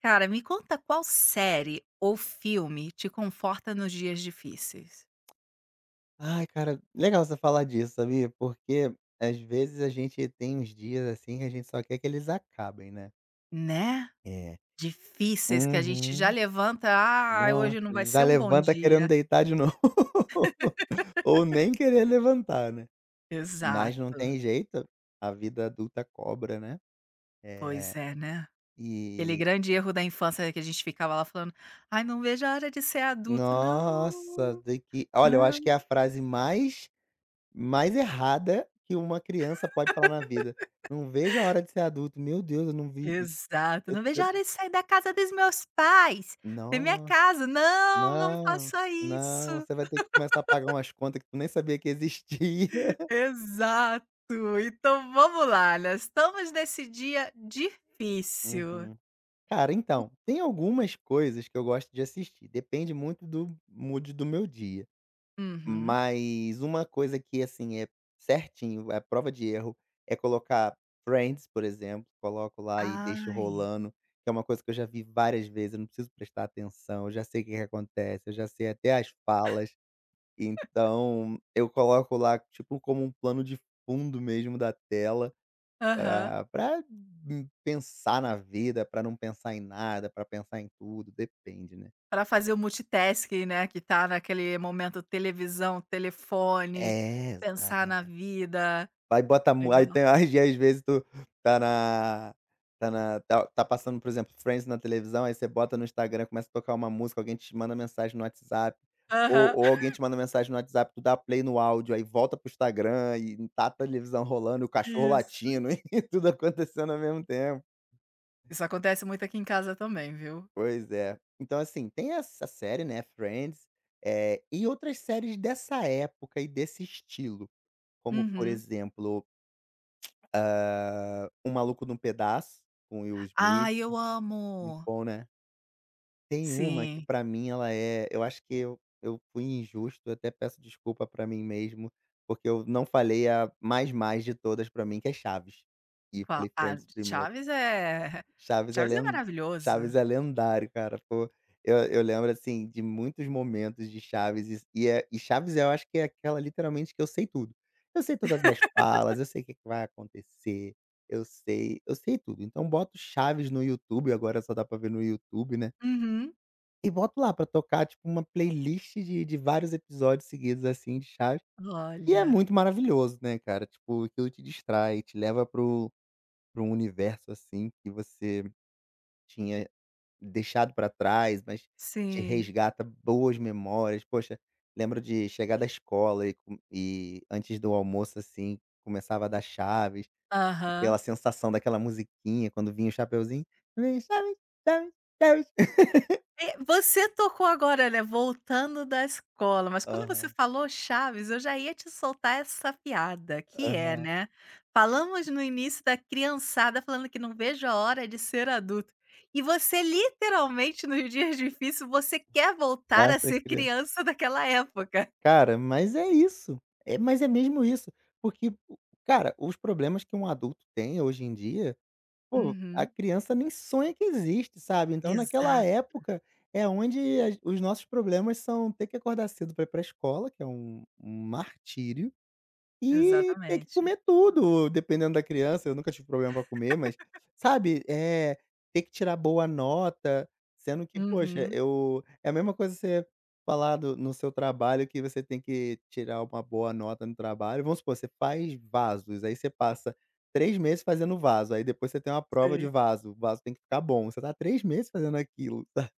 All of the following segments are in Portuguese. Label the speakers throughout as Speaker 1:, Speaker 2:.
Speaker 1: Cara, me conta qual série ou filme te conforta nos dias difíceis,
Speaker 2: Ai, cara, legal você falar disso, sabia? Porque às vezes a gente tem uns dias assim que a gente só quer que eles acabem, né?
Speaker 1: né?
Speaker 2: É.
Speaker 1: Difíceis que a gente já
Speaker 2: Uhum.
Speaker 1: levanta, "Ah,
Speaker 2: Nossa,
Speaker 1: hoje não vai ser
Speaker 2: já
Speaker 1: um bom
Speaker 2: levanta querendo
Speaker 1: dia".
Speaker 2: deitar de novo. Ou nem querer levantar, né? Mas não
Speaker 1: Exato,
Speaker 2: tem jeito, a vida adulta cobra, né? É.
Speaker 1: pois é, né? Aquele
Speaker 2: e
Speaker 1: grande erro da infância que a gente ficava lá falando: "Ai, não vejo a hora de ser adulto,
Speaker 2: Nossa,
Speaker 1: não,
Speaker 2: de que olha, eu acho que é
Speaker 1: não".
Speaker 2: a frase mais errada que uma criança pode falar na vida. "Não vejo a hora de ser adulto". Meu Deus, eu não vi
Speaker 1: Exato,
Speaker 2: Eu
Speaker 1: "Não vejo
Speaker 2: eu
Speaker 1: a hora de sair da casa dos meus pais, ter minha
Speaker 2: não,
Speaker 1: casa, não, não
Speaker 2: não,
Speaker 1: faça
Speaker 2: não,
Speaker 1: isso".
Speaker 2: você vai ter que começar a pagar umas contas que tu nem sabia que existia.
Speaker 1: Exato. Então vamos lá, né, estamos nesse dia difícil.
Speaker 2: Uhum. Cara, então, tem algumas coisas que eu gosto de assistir, depende muito do mood do meu dia,
Speaker 1: Uhum.
Speaker 2: mas uma coisa que, assim, é certinho, é prova de erro, é colocar Friends, por exemplo, coloco lá e deixo
Speaker 1: Ai.
Speaker 2: rolando, que é uma coisa que eu já vi várias vezes, eu não preciso prestar atenção, eu já sei o que que acontece, eu já sei até as falas. Então, eu coloco lá, tipo, como um plano de fundo mesmo da tela
Speaker 1: Aham.
Speaker 2: pra pensar na vida, pra não pensar em nada, pra pensar em tudo, depende, né.
Speaker 1: Para fazer o multitasking, né, que tá naquele momento televisão, telefone,
Speaker 2: É,
Speaker 1: pensar na
Speaker 2: exato.
Speaker 1: vida.
Speaker 2: Aí bota mu aí
Speaker 1: Legal.
Speaker 2: tem Aí às vezes tu tá na tá na tá tá passando, por exemplo, Friends na televisão, aí você bota no Instagram, começa a tocar uma música, alguém te manda mensagem no WhatsApp, ou
Speaker 1: Aham,
Speaker 2: ou alguém te manda mensagem no WhatsApp, tu dá play no áudio, aí volta pro Instagram e tá a televisão rolando, o cachorro
Speaker 1: isso.
Speaker 2: latindo e tudo acontecendo ao mesmo tempo.
Speaker 1: Isso acontece muito aqui em casa também, viu.
Speaker 2: Pois é. Então, assim, tem essa série, né, Friends, e outras séries dessa época e desse estilo, como por
Speaker 1: Uhum.
Speaker 2: exemplo Um Maluco num Pedaço, com Will Smith,
Speaker 1: Ai, eu
Speaker 2: muito
Speaker 1: amo.
Speaker 2: bom, né. Tem uma que
Speaker 1: Sim.
Speaker 2: pra mim ela é eu acho que eu fui injusto, eu até peço desculpa pra mim mesmo, porque eu não falei a mais de todas pra mim, que é Chaves, e
Speaker 1: Qual?
Speaker 2: falei
Speaker 1: Ah,
Speaker 2: Friends primeiro.
Speaker 1: Chaves é
Speaker 2: Chaves é
Speaker 1: Chaves é
Speaker 2: len Chaves
Speaker 1: maravilhoso.
Speaker 2: é lendário, cara. Pô, eu lembro, assim, de muitos momentos de Chaves e Chaves eu acho que é aquela literalmente que eu sei tudo. Eu sei todas as falas, eu sei o que que vai acontecer, eu sei tudo. Então boto Chaves no YouTube, agora só dá pra ver no YouTube, né,
Speaker 1: Uhum.
Speaker 2: e boto lá pra tocar, tipo, uma playlist de vários episódios seguidos, assim, de Chaves. E é
Speaker 1: Olha.
Speaker 2: muito maravilhoso, né, cara, tipo, aquilo te distrai, te leva pro um universo, assim, que você tinha deixado para trás, mas te
Speaker 1: Sim.
Speaker 2: resgata boas memórias. Poxa, lembro de chegar da escola e antes do almoço, assim, começava a dar chaves,
Speaker 1: Aham.
Speaker 2: aquela sensação daquela musiquinha quando vinha o chapeuzinho, vem chaves, chaves, chaves.
Speaker 1: Você tocou agora, né, voltando da escola, mas quando você
Speaker 2: Aham,
Speaker 1: falou Chaves, eu já ia te soltar essa piada, que é,
Speaker 2: aham.
Speaker 1: né, falamos no início da criançada falando que não vejo a hora de ser adulto, e você literalmente nos dias difíceis você quer voltar a
Speaker 2: Nossa,
Speaker 1: ser
Speaker 2: crian
Speaker 1: criança daquela época.
Speaker 2: cara, mas é isso, mas é mesmo isso, porque o cara, os problemas que um adulto tem hoje em dia. Pô, a
Speaker 1: Uhum.
Speaker 2: criança nem sonha que existe, sabe. Então naquela
Speaker 1: Exato,
Speaker 2: época é onde as os nossos problemas são ter que acordar cedo para ir para a escola, que é um martírio e ter que
Speaker 1: exatamente.
Speaker 2: comer tudo, dependendo da criança, eu nunca tive problema pra comer, mas, sabe, é ter que tirar boa nota, sendo que, poxa,
Speaker 1: Uhum,
Speaker 2: eu é a mesma coisa você falar do no seu trabalho que você tem que tirar uma boa nota no trabalho. Vamos supor, você faz vasos, aí você passa 3 meses fazendo vaso, aí depois você tem uma prova de
Speaker 1: sei.
Speaker 2: vaso, o vaso tem que ficar bom. Você tá 3 meses fazendo aquilo, sabe.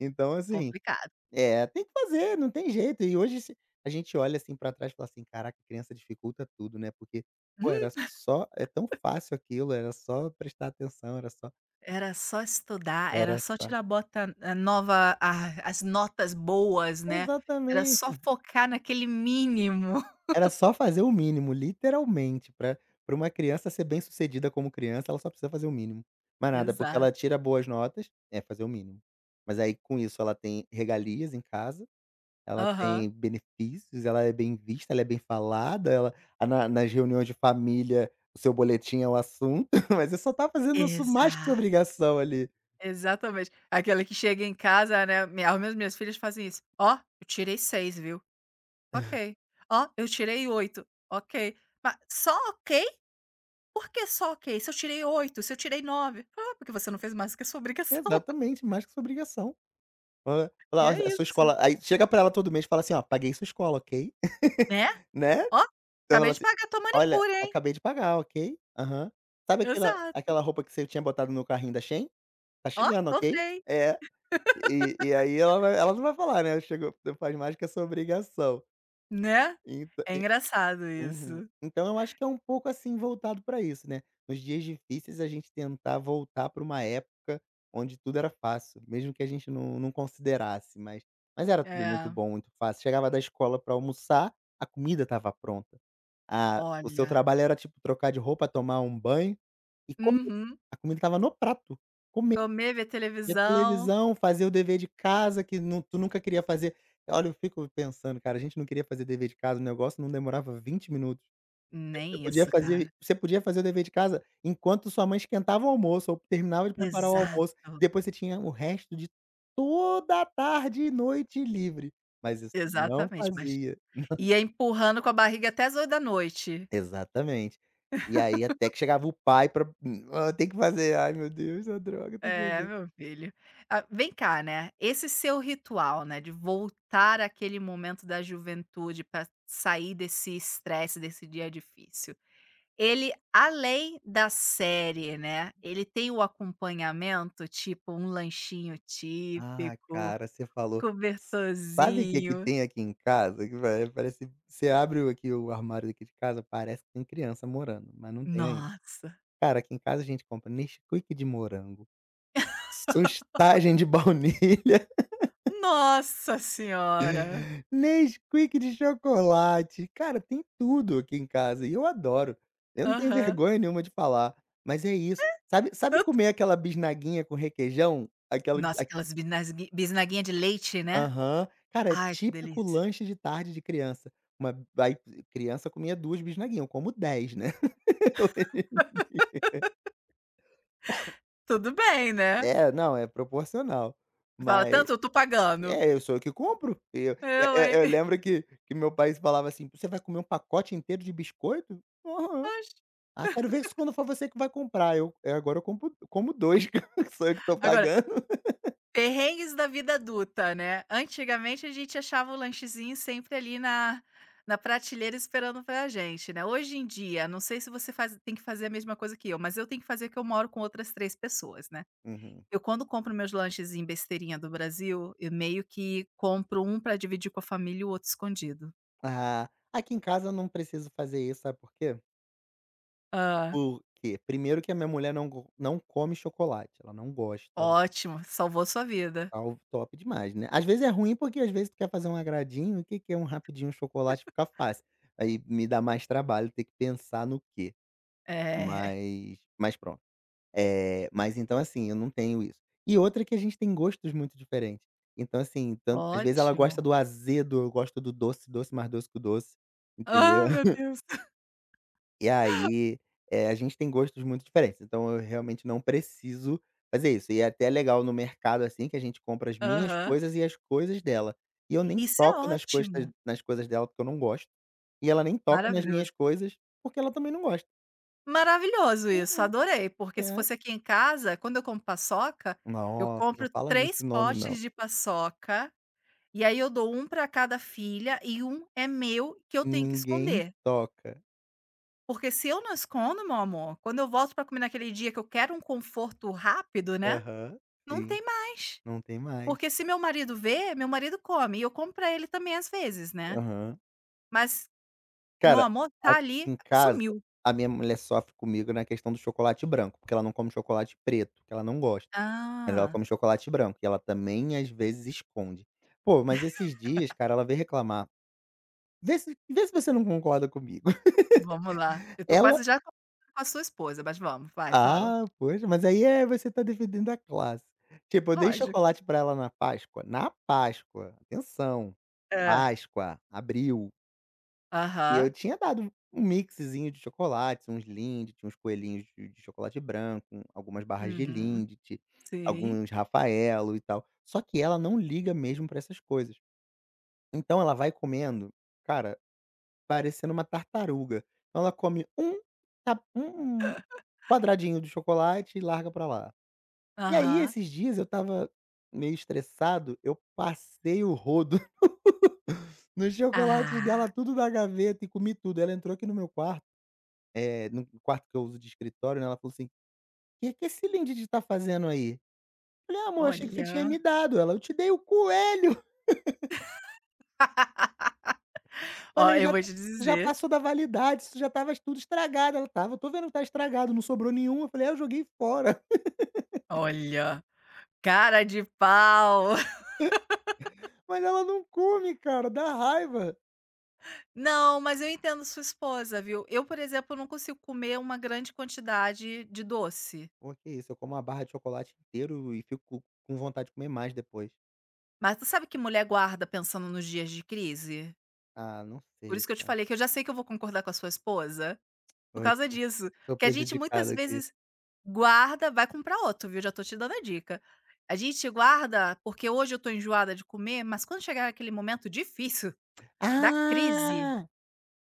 Speaker 2: Então assim
Speaker 1: Complicado.
Speaker 2: é, tem que fazer, não tem jeito. E hoje se a gente olha, assim, pra trás e fala assim: "Caraca, criança dificulta tudo, né?" Porque, pô, era só é tão fácil aquilo, era só prestar atenção, era só.
Speaker 1: Era só estudar, era
Speaker 2: Era
Speaker 1: só
Speaker 2: só.
Speaker 1: tirar bota eh, nova a as notas boas, né, era só
Speaker 2: Exatamente.
Speaker 1: focar naquele mínimo.
Speaker 2: Era só fazer o mínimo, literalmente, pra para uma criança ser bem-sucedida como criança, ela só precisa fazer o mínimo. Mas nada, porque ela
Speaker 1: Exato.
Speaker 2: tira boas notas fazer o mínimo. Mas aí, com isso, ela tem regalias em casa. Ela
Speaker 1: Aham.
Speaker 2: tem benefícios, ela é bem vista, ela é bem falada, ela a na nas reuniões de família, o seu boletim é o assunto, mas você só tá fazendo isso
Speaker 1: Exa
Speaker 2: mais que sua obrigação ali.
Speaker 1: exatamente. Aquela que chega em casa, né, mi as minhas minhas filhas fazem isso: "Ó, eu tirei 6, viu? Ok. Ó, eu tirei 8. Ok. Mas só ok? Por que só ok? Se eu tirei oito, se eu tirei 9, Ah, porque você não fez mais do que a sua obrigação".
Speaker 2: Exatamente, mais que sua obrigação. Hã.
Speaker 1: E
Speaker 2: Falar:
Speaker 1: é
Speaker 2: "Olha, a sua
Speaker 1: isso,
Speaker 2: escola", aí chega pra ela todo mês e fala assim: "Ó, paguei sua escola, ok?"
Speaker 1: né.
Speaker 2: Né.
Speaker 1: "Ó,
Speaker 2: Então
Speaker 1: acabei
Speaker 2: ela
Speaker 1: de
Speaker 2: assim:
Speaker 1: pagar a tua
Speaker 2: "Olha,
Speaker 1: manicure, hein".
Speaker 2: acabei de pagar, ok? Aham. Sabe aquela
Speaker 1: Exato.
Speaker 2: aquela roupa que você tinha botado no carrinho da Shein? Tá
Speaker 1: "Ó,
Speaker 2: chegando, ok?"
Speaker 1: comprei",
Speaker 2: É, e aí ela não vai falar, né, chegou faz mais que a sua obrigação.
Speaker 1: né.
Speaker 2: Então
Speaker 1: É engraçado
Speaker 2: Uhum.
Speaker 1: isso.
Speaker 2: Então eu acho que é um pouco, assim, voltado para isso, né. Nos dias difíceis a gente tentar voltar para uma época onde tudo era fácil, mesmo que a gente não não considerasse, mas era tudo muito
Speaker 1: É,
Speaker 2: bom, muito fácil. Chegava da escola para almoçar, a comida estava pronta. A o seu
Speaker 1: olha.
Speaker 2: trabalho era, tipo, trocar de roupa, tomar um banho e comer.
Speaker 1: Uhum.
Speaker 2: A comida estava no prato. Comer,
Speaker 1: Comer, ver
Speaker 2: ver
Speaker 1: televisão,
Speaker 2: televisão, fazer o dever de casa que nu tu nunca queria fazer. Olha, eu fico pensando, cara, a gente não queria fazer dever de casa, o negócio não demorava 20 minutos. Você
Speaker 1: nem
Speaker 2: podia
Speaker 1: isso,
Speaker 2: fazer
Speaker 1: cara.
Speaker 2: você podia fazer o dever de casa enquanto sua mãe esquentava o almoço ou terminava de preparar o
Speaker 1: Exato,
Speaker 2: almoço, depois você tinha o resto de toda a tarde e noite livre, mas isso não
Speaker 1: exatamente, mas
Speaker 2: fazia.
Speaker 1: ia empurrando com a barriga até as oito da noite.
Speaker 2: Exatamente. E aí até que chegava o pai pra Ah, tem que fazer, ai meu Deus, a droga, tem que
Speaker 1: É,
Speaker 2: fazer".
Speaker 1: meu filho. Ah, vem cá, né, esse seu ritual, né, de voltar àquele momento da juventude para sair desse estresse, desse dia difícil. Ele, além da série, né, ele tem o acompanhamento, tipo um lanchinho
Speaker 2: Ah,
Speaker 1: típico,
Speaker 2: cara, você falou. Sabe o que que
Speaker 1: cobertorzinho.
Speaker 2: tem aqui em casa? Que pa parece você abre o armário aqui de casa, parece que tem criança morando, mas não tem ainda.
Speaker 1: Nossa,
Speaker 2: Cara, aqui em casa a gente compra Nesquik de morango, sustagem de baunilha,
Speaker 1: nossa senhora!
Speaker 2: Nesquik de chocolate. Cara, tem tudo aqui em casa e eu adoro. Eu não tenho
Speaker 1: Aham.
Speaker 2: vergonha nenhuma de falar, mas é isso. Sabe
Speaker 1: Tanto
Speaker 2: comer aquela bisnaguinha com requeijão? Aquela
Speaker 1: nossa,
Speaker 2: a
Speaker 1: aquelas bisnasgui bisnaguinha de leite, né.
Speaker 2: aham. Cara, é
Speaker 1: Ai, que
Speaker 2: típico
Speaker 1: delícia.
Speaker 2: lanche de tarde de criança. Uma Aí criança comia 2 bisnaguinha, eu como 10, né. Hoje em dia.
Speaker 1: Tudo bem, né.
Speaker 2: É, não, é proporcional.
Speaker 1: Fala:
Speaker 2: Mas
Speaker 1: "Tanto eu tô pagando".
Speaker 2: é, eu sou eu que compro. Eu eu
Speaker 1: Eu,
Speaker 2: eu
Speaker 1: hein.
Speaker 2: eu lembro que meu pai falava assim: "Você vai comer um pacote inteiro de biscoito? Aham.
Speaker 1: Oxe.
Speaker 2: Ah, quero ver se quando for você que vai comprar". Eu É, agora eu compro como 2. Que sou eu que tô
Speaker 1: Agora.
Speaker 2: pagando.
Speaker 1: Perrengues da vida adulta, né. Antigamente a gente achava o lanchezinho sempre ali na na prateleira esperando pra gente, né. Hoje em dia, não sei se você faz tem que fazer a mesma coisa que eu, mas eu tenho que fazer que eu moro com outras 3 pessoas, né.
Speaker 2: Uhum.
Speaker 1: Eu quando compro meus lanches em besteirinha do Brasil, eu meio que compro um pra dividir com a família e o outro escondido.
Speaker 2: Ah, aqui em casa eu não preciso fazer isso, sabe por quê?
Speaker 1: Ah.
Speaker 2: Por quê? Primeiro que a minha mulher não come chocolate, ela não gosta,
Speaker 1: Ótimo, salvou sua vida.
Speaker 2: tal, top demais, né. Às vezes é ruim, porque às vezes tu quer fazer um agradinho, o que que é um rapidinho chocolate fica fácil. Aí me dá mais trabalho ter que pensar no quê?
Speaker 1: É,
Speaker 2: Mas pronto. Mas então, assim, eu não tenho isso. E outra é que a gente tem gostos muito diferentes. Então, assim, tanto às vezes ela
Speaker 1: ótimo.
Speaker 2: gosta do azedo, eu gosto do doce, doce mais doce que o doce, entendeu?
Speaker 1: Ah, meu Deus.
Speaker 2: E aí, a gente tem gostos muito diferentes, então eu realmente não preciso fazer isso. E é até legal no mercado, assim, que a gente compra as minhas
Speaker 1: Aham.
Speaker 2: coisas e as coisas dela. E eu nem
Speaker 1: Isso é
Speaker 2: toco nas coisas
Speaker 1: ótimo,
Speaker 2: dela, porque eu não gosto, e ela nem toca nas minhas
Speaker 1: maravilhoso.
Speaker 2: coisas, porque ela também não gosta.
Speaker 1: Maravilhoso isso,
Speaker 2: Uhum.
Speaker 1: adorei, porque se
Speaker 2: É.
Speaker 1: fosse aqui em casa, quando eu como paçoca, eu
Speaker 2: Nossa, não
Speaker 1: compro
Speaker 2: fala
Speaker 1: 3
Speaker 2: nesse nome
Speaker 1: potes
Speaker 2: não.
Speaker 1: de paçoca, e aí eu dou um para cada filha e um é meu, que eu tenho que
Speaker 2: Ninguém
Speaker 1: esconder.
Speaker 2: toca.
Speaker 1: Porque se eu não escondo, meu amor, quando eu volto para comer naquele dia que eu quero um conforto rápido, né,
Speaker 2: Aham,
Speaker 1: não
Speaker 2: sim,
Speaker 1: tem mais.
Speaker 2: não tem mais.
Speaker 1: Porque se meu marido vê, meu marido come, e eu como para ele também às vezes, né.
Speaker 2: Aham.
Speaker 1: Mas, meu
Speaker 2: Cara,
Speaker 1: amor, tá
Speaker 2: aqui
Speaker 1: ali,
Speaker 2: em casa,
Speaker 1: sumiu.
Speaker 2: a minha mulher sofre comigo na questão do chocolate branco, porque ela não come chocolate preto, que ela não gosta, mas ela
Speaker 1: Ah.
Speaker 2: come chocolate branco e ela também às vezes esconde. Pô, mas esses dias, cara, ela veio reclamar, vê se você não concorda comigo.
Speaker 1: Vamos lá. Eu tô
Speaker 2: Ela
Speaker 1: quase já com a sua esposa, mas vamos, vai, fala.
Speaker 2: Ah, poxa, mas aí é você tá defendendo a classe. Tipo, eu dei
Speaker 1: Lógico.
Speaker 2: chocolate pra ela na Páscoa, atenção,
Speaker 1: É.
Speaker 2: Páscoa, abril, e
Speaker 1: Aham.
Speaker 2: eu tinha dado um mixzinho de chocolates, uns Lindt, uns coelhinhos de chocolate branco, algumas barras de
Speaker 1: Uhum.
Speaker 2: Lindt,
Speaker 1: Sim.
Speaker 2: alguns Rafaelo e tal, só que ela não liga mesmo pra essas coisas. Então ela vai comendo, cara, parecendo uma tartaruga. Então ela come um ta um quadradinho de chocolate e larga pra lá. E aí,
Speaker 1: Aham.
Speaker 2: esses dias eu estava meio estressado, eu passei o rodo nos chocolates
Speaker 1: Ah,
Speaker 2: dela, tudo da gaveta e comi tudo. Ela entrou aqui no meu quarto, no quarto que eu uso de escritório, né, ela falou assim: "O "Que que esse Lindt tá fazendo aí?" Falei: "Ah, amor, achei que você tinha
Speaker 1: olha.
Speaker 2: me dado". Ela: "Eu te dei o coelho".
Speaker 1: Ó,
Speaker 2: Falei:
Speaker 1: eu
Speaker 2: "Já
Speaker 1: vou
Speaker 2: tá-
Speaker 1: te
Speaker 2: já
Speaker 1: dizer,
Speaker 2: passou da validade, isso já estava tudo estragado". Ela: "Estava, tô vendo que tá estragado, não sobrou nenhum". Eu falei: "É, eu joguei fora".
Speaker 1: olha, cara de pau.
Speaker 2: Mas ela não come, cara, dá raiva.
Speaker 1: Não, mas eu entendo sua esposa, viu. Eu, por exemplo, não consigo comer uma grande quantidade de doce,
Speaker 2: Pô, que isso, eu como uma barra de chocolate inteiro e fico com vontade de comer mais depois.
Speaker 1: mas tu sabe que mulher guarda pensando nos dias de crise?
Speaker 2: Ah, não
Speaker 1: Por isso
Speaker 2: sei,
Speaker 1: que eu te
Speaker 2: cara.
Speaker 1: falei que eu já sei que eu vou concordar com a sua esposa, por causa
Speaker 2: Poxa,
Speaker 1: disso.
Speaker 2: tô
Speaker 1: Porque a gente
Speaker 2: prejudicado
Speaker 1: muitas
Speaker 2: aqui.
Speaker 1: vezes guarda, vai comprar outro, viu, já tô te dando a dica. A gente guarda, porque hoje eu tô enjoada de comer, mas quando chegar aquele momento difícil da crise,
Speaker 2: Ah!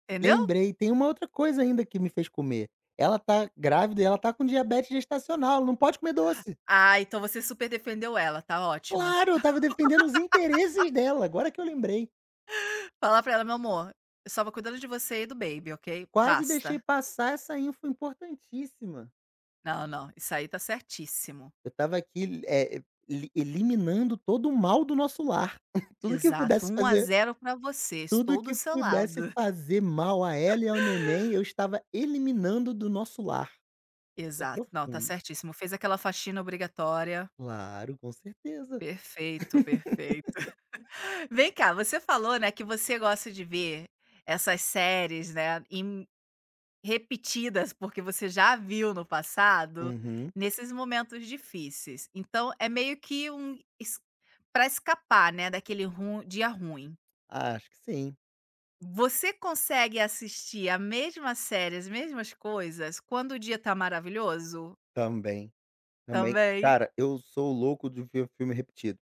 Speaker 1: entendeu?
Speaker 2: Lembrei, tem uma outra coisa ainda que me fez comer. Ela tá grávida e ela tá com diabetes gestacional, ela não pode comer doce.
Speaker 1: Ah, então você super defendeu ela, tá ótimo.
Speaker 2: Claro, eu estava defendendo os interesses dela, agora que eu lembrei.
Speaker 1: Fala pra ela: "Meu amor, eu só vou cuidando de você e do baby, ok?
Speaker 2: Quase deixei
Speaker 1: Basta".
Speaker 2: passar essa info importantíssima.
Speaker 1: Não, não, isso aí tá certíssimo.
Speaker 2: Eu estava aqui, eliminando todo o mal do nosso lar. Tudo que eu
Speaker 1: Exato,
Speaker 2: pudesse
Speaker 1: um a
Speaker 2: fazer
Speaker 1: zero pra você,
Speaker 2: Tudo
Speaker 1: estou do
Speaker 2: que
Speaker 1: seu
Speaker 2: pudesse
Speaker 1: lado.
Speaker 2: fazer mal a ela e ao neném, eu estava eliminando do nosso lar. Isso é
Speaker 1: Exato, não, tá
Speaker 2: profundo.
Speaker 1: certíssimo. Fez aquela faxina obrigatória.
Speaker 2: Claro, com certeza.
Speaker 1: Perfeito, perfeito. Vem cá, você falou, né, que você gosta de ver essas séries, né, em repetidas, porque você já viu no passado,
Speaker 2: Uhum.
Speaker 1: nesses momentos difíceis. Então, é meio que um para escapar, né, daquele ru dia ruim.
Speaker 2: Acho que sim.
Speaker 1: Você consegue assistir a mesma série, as mesmas coisas, quando o dia tá maravilhoso,
Speaker 2: Também, também.
Speaker 1: também?
Speaker 2: Cara, eu sou louco de ver filme repetido.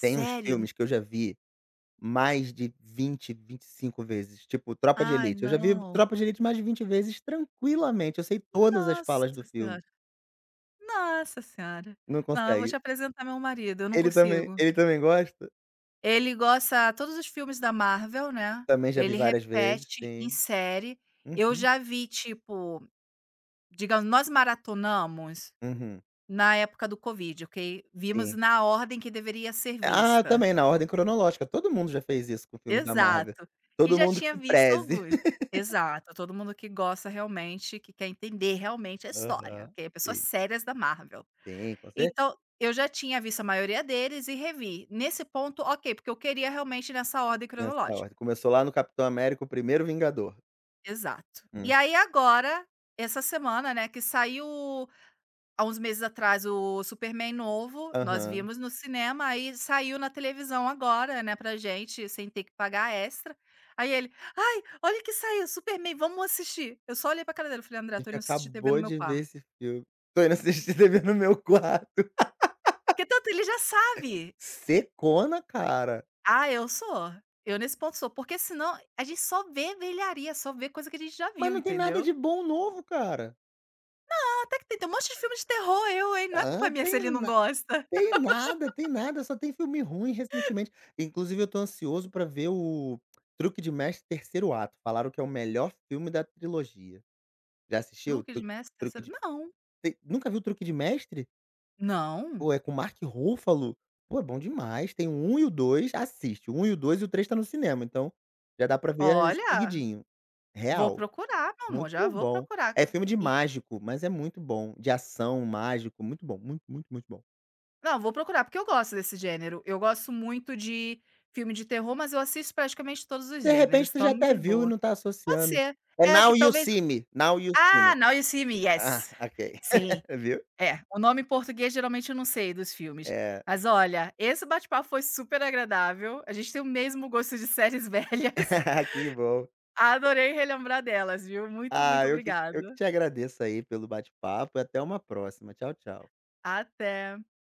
Speaker 2: Tem uns filmes que eu já vi mais de 20, 25 vezes, tipo Tropa de
Speaker 1: Ai,
Speaker 2: Elite. Eu já vi
Speaker 1: não.
Speaker 2: Tropa de Elite mais de 20 vezes tranquilamente, eu sei todas as
Speaker 1: Nossa
Speaker 2: falas do filme.
Speaker 1: senhora. Nossa senhora.
Speaker 2: Não
Speaker 1: Não, eu vou
Speaker 2: consegue.
Speaker 1: te apresentar meu marido, eu não
Speaker 2: Ele também
Speaker 1: consigo.
Speaker 2: ele também gosta?
Speaker 1: Ele gosta todos os filmes da Marvel, né,
Speaker 2: Também já vi
Speaker 1: ele
Speaker 2: várias vezes,
Speaker 1: repete em
Speaker 2: sim.
Speaker 1: série. Eu
Speaker 2: Uhum,
Speaker 1: já vi, tipo, digamos, nós maratonamos
Speaker 2: uhum.
Speaker 1: na época do Covid, ok, vimos
Speaker 2: Sim.
Speaker 1: na ordem que deveria ser
Speaker 2: Ah,
Speaker 1: vista.
Speaker 2: também, na ordem cronológica. Todo mundo já fez isso com filmes da Marvel.
Speaker 1: Exato. E
Speaker 2: Todo
Speaker 1: já
Speaker 2: mundo que
Speaker 1: tinha
Speaker 2: se
Speaker 1: visto
Speaker 2: preze.
Speaker 1: alguns. Exato, todo mundo que gosta realmente, que quer entender realmente a história,
Speaker 2: Aham,
Speaker 1: ok, pessoas
Speaker 2: sim.
Speaker 1: sérias da Marvel.
Speaker 2: Sim, com certeza,
Speaker 1: Então, eu já tinha visto a maioria deles e revi. Nesse ponto, ok, porque eu queria realmente nessa ordem
Speaker 2: nessa ordem.
Speaker 1: cronológica.
Speaker 2: Começou lá no Capitão América: O Primeiro Vingador.
Speaker 1: Exato. E
Speaker 2: Hum.
Speaker 1: aí agora, essa semana, né, que saiu há uns meses atrás o Superman novo, nós
Speaker 2: Aham.
Speaker 1: vimos no cinema, aí saiu na televisão agora, né, pra gente, sem ter que pagar extra. Aí ele, ai, olha que saiu, Superman, vamos assistir. Eu só olhei pra cara dele e falei, André,
Speaker 2: A
Speaker 1: tô
Speaker 2: gente
Speaker 1: indo assistir TV no
Speaker 2: acabou
Speaker 1: meu
Speaker 2: de ver
Speaker 1: quarto.
Speaker 2: esse filme. Tô indo assistir TV no meu quarto.
Speaker 1: Porque tanto ele já sabe.
Speaker 2: Secona, cara.
Speaker 1: Ah, eu sou. Eu nesse ponto sou, porque senão a gente só vê velharia, só vê coisa que a gente já
Speaker 2: Mas
Speaker 1: viu,
Speaker 2: não tem nada
Speaker 1: entendeu.
Speaker 2: de bom novo, cara.
Speaker 1: Ah, até que tem um monte de filme de terror, eu, hein, não é culpa
Speaker 2: Ah,
Speaker 1: minha se
Speaker 2: tem
Speaker 1: ele não gosta.
Speaker 2: Tem nada, tem nada, só tem filme ruim recentemente. Inclusive, eu tô ansioso pra ver o Truque de Mestre Terceiro Ato. Falaram que é o melhor filme da trilogia. Já assistiu?
Speaker 1: Truque
Speaker 2: Tru
Speaker 1: de Mestre
Speaker 2: Truque
Speaker 1: Terceiro
Speaker 2: de
Speaker 1: não,
Speaker 2: te Nunca viu Truque de Mestre?
Speaker 1: não.
Speaker 2: Pô, é com Mark Ruffalo. Pô, é bom demais. Tem o 1 e o dois, assiste. O 1 e o 2 e o 3 tá no cinema, então já dá pra ver aí
Speaker 1: Olha,
Speaker 2: seguidinho.
Speaker 1: vou
Speaker 2: Real,
Speaker 1: procurar, meu amor,
Speaker 2: muito
Speaker 1: já vou
Speaker 2: bom.
Speaker 1: procurar.
Speaker 2: É filme de
Speaker 1: E
Speaker 2: mágico, mas é muito bom. De ação, mágico, muito bom, muito, muito, muito bom.
Speaker 1: não, vou procurar, porque eu gosto desse gênero. Eu gosto muito de filme de terror, mas eu assisto praticamente todos os
Speaker 2: De repente
Speaker 1: gêneros,
Speaker 2: tu
Speaker 1: então é
Speaker 2: já
Speaker 1: muito
Speaker 2: até
Speaker 1: de
Speaker 2: viu e
Speaker 1: boa.
Speaker 2: não tá
Speaker 1: Pode
Speaker 2: associando.
Speaker 1: ser.
Speaker 2: É
Speaker 1: É, que
Speaker 2: Now You
Speaker 1: talvez
Speaker 2: See Me, Now You See
Speaker 1: ah,
Speaker 2: Me.
Speaker 1: Now You See Me,
Speaker 2: Ah,
Speaker 1: yes.
Speaker 2: ok.
Speaker 1: Sim.
Speaker 2: Viu?
Speaker 1: É, o nome em português geralmente eu não sei dos filmes.
Speaker 2: É.
Speaker 1: Mas olha, esse bate-papo foi super agradável, a gente tem o mesmo gosto de séries velhas.
Speaker 2: Que bom.
Speaker 1: Adorei relembrar delas, viu. Muito, muito
Speaker 2: Ah, eu que
Speaker 1: obrigada.
Speaker 2: eu que te agradeço aí pelo bate-papo e até uma próxima. Tchau, tchau.
Speaker 1: Até.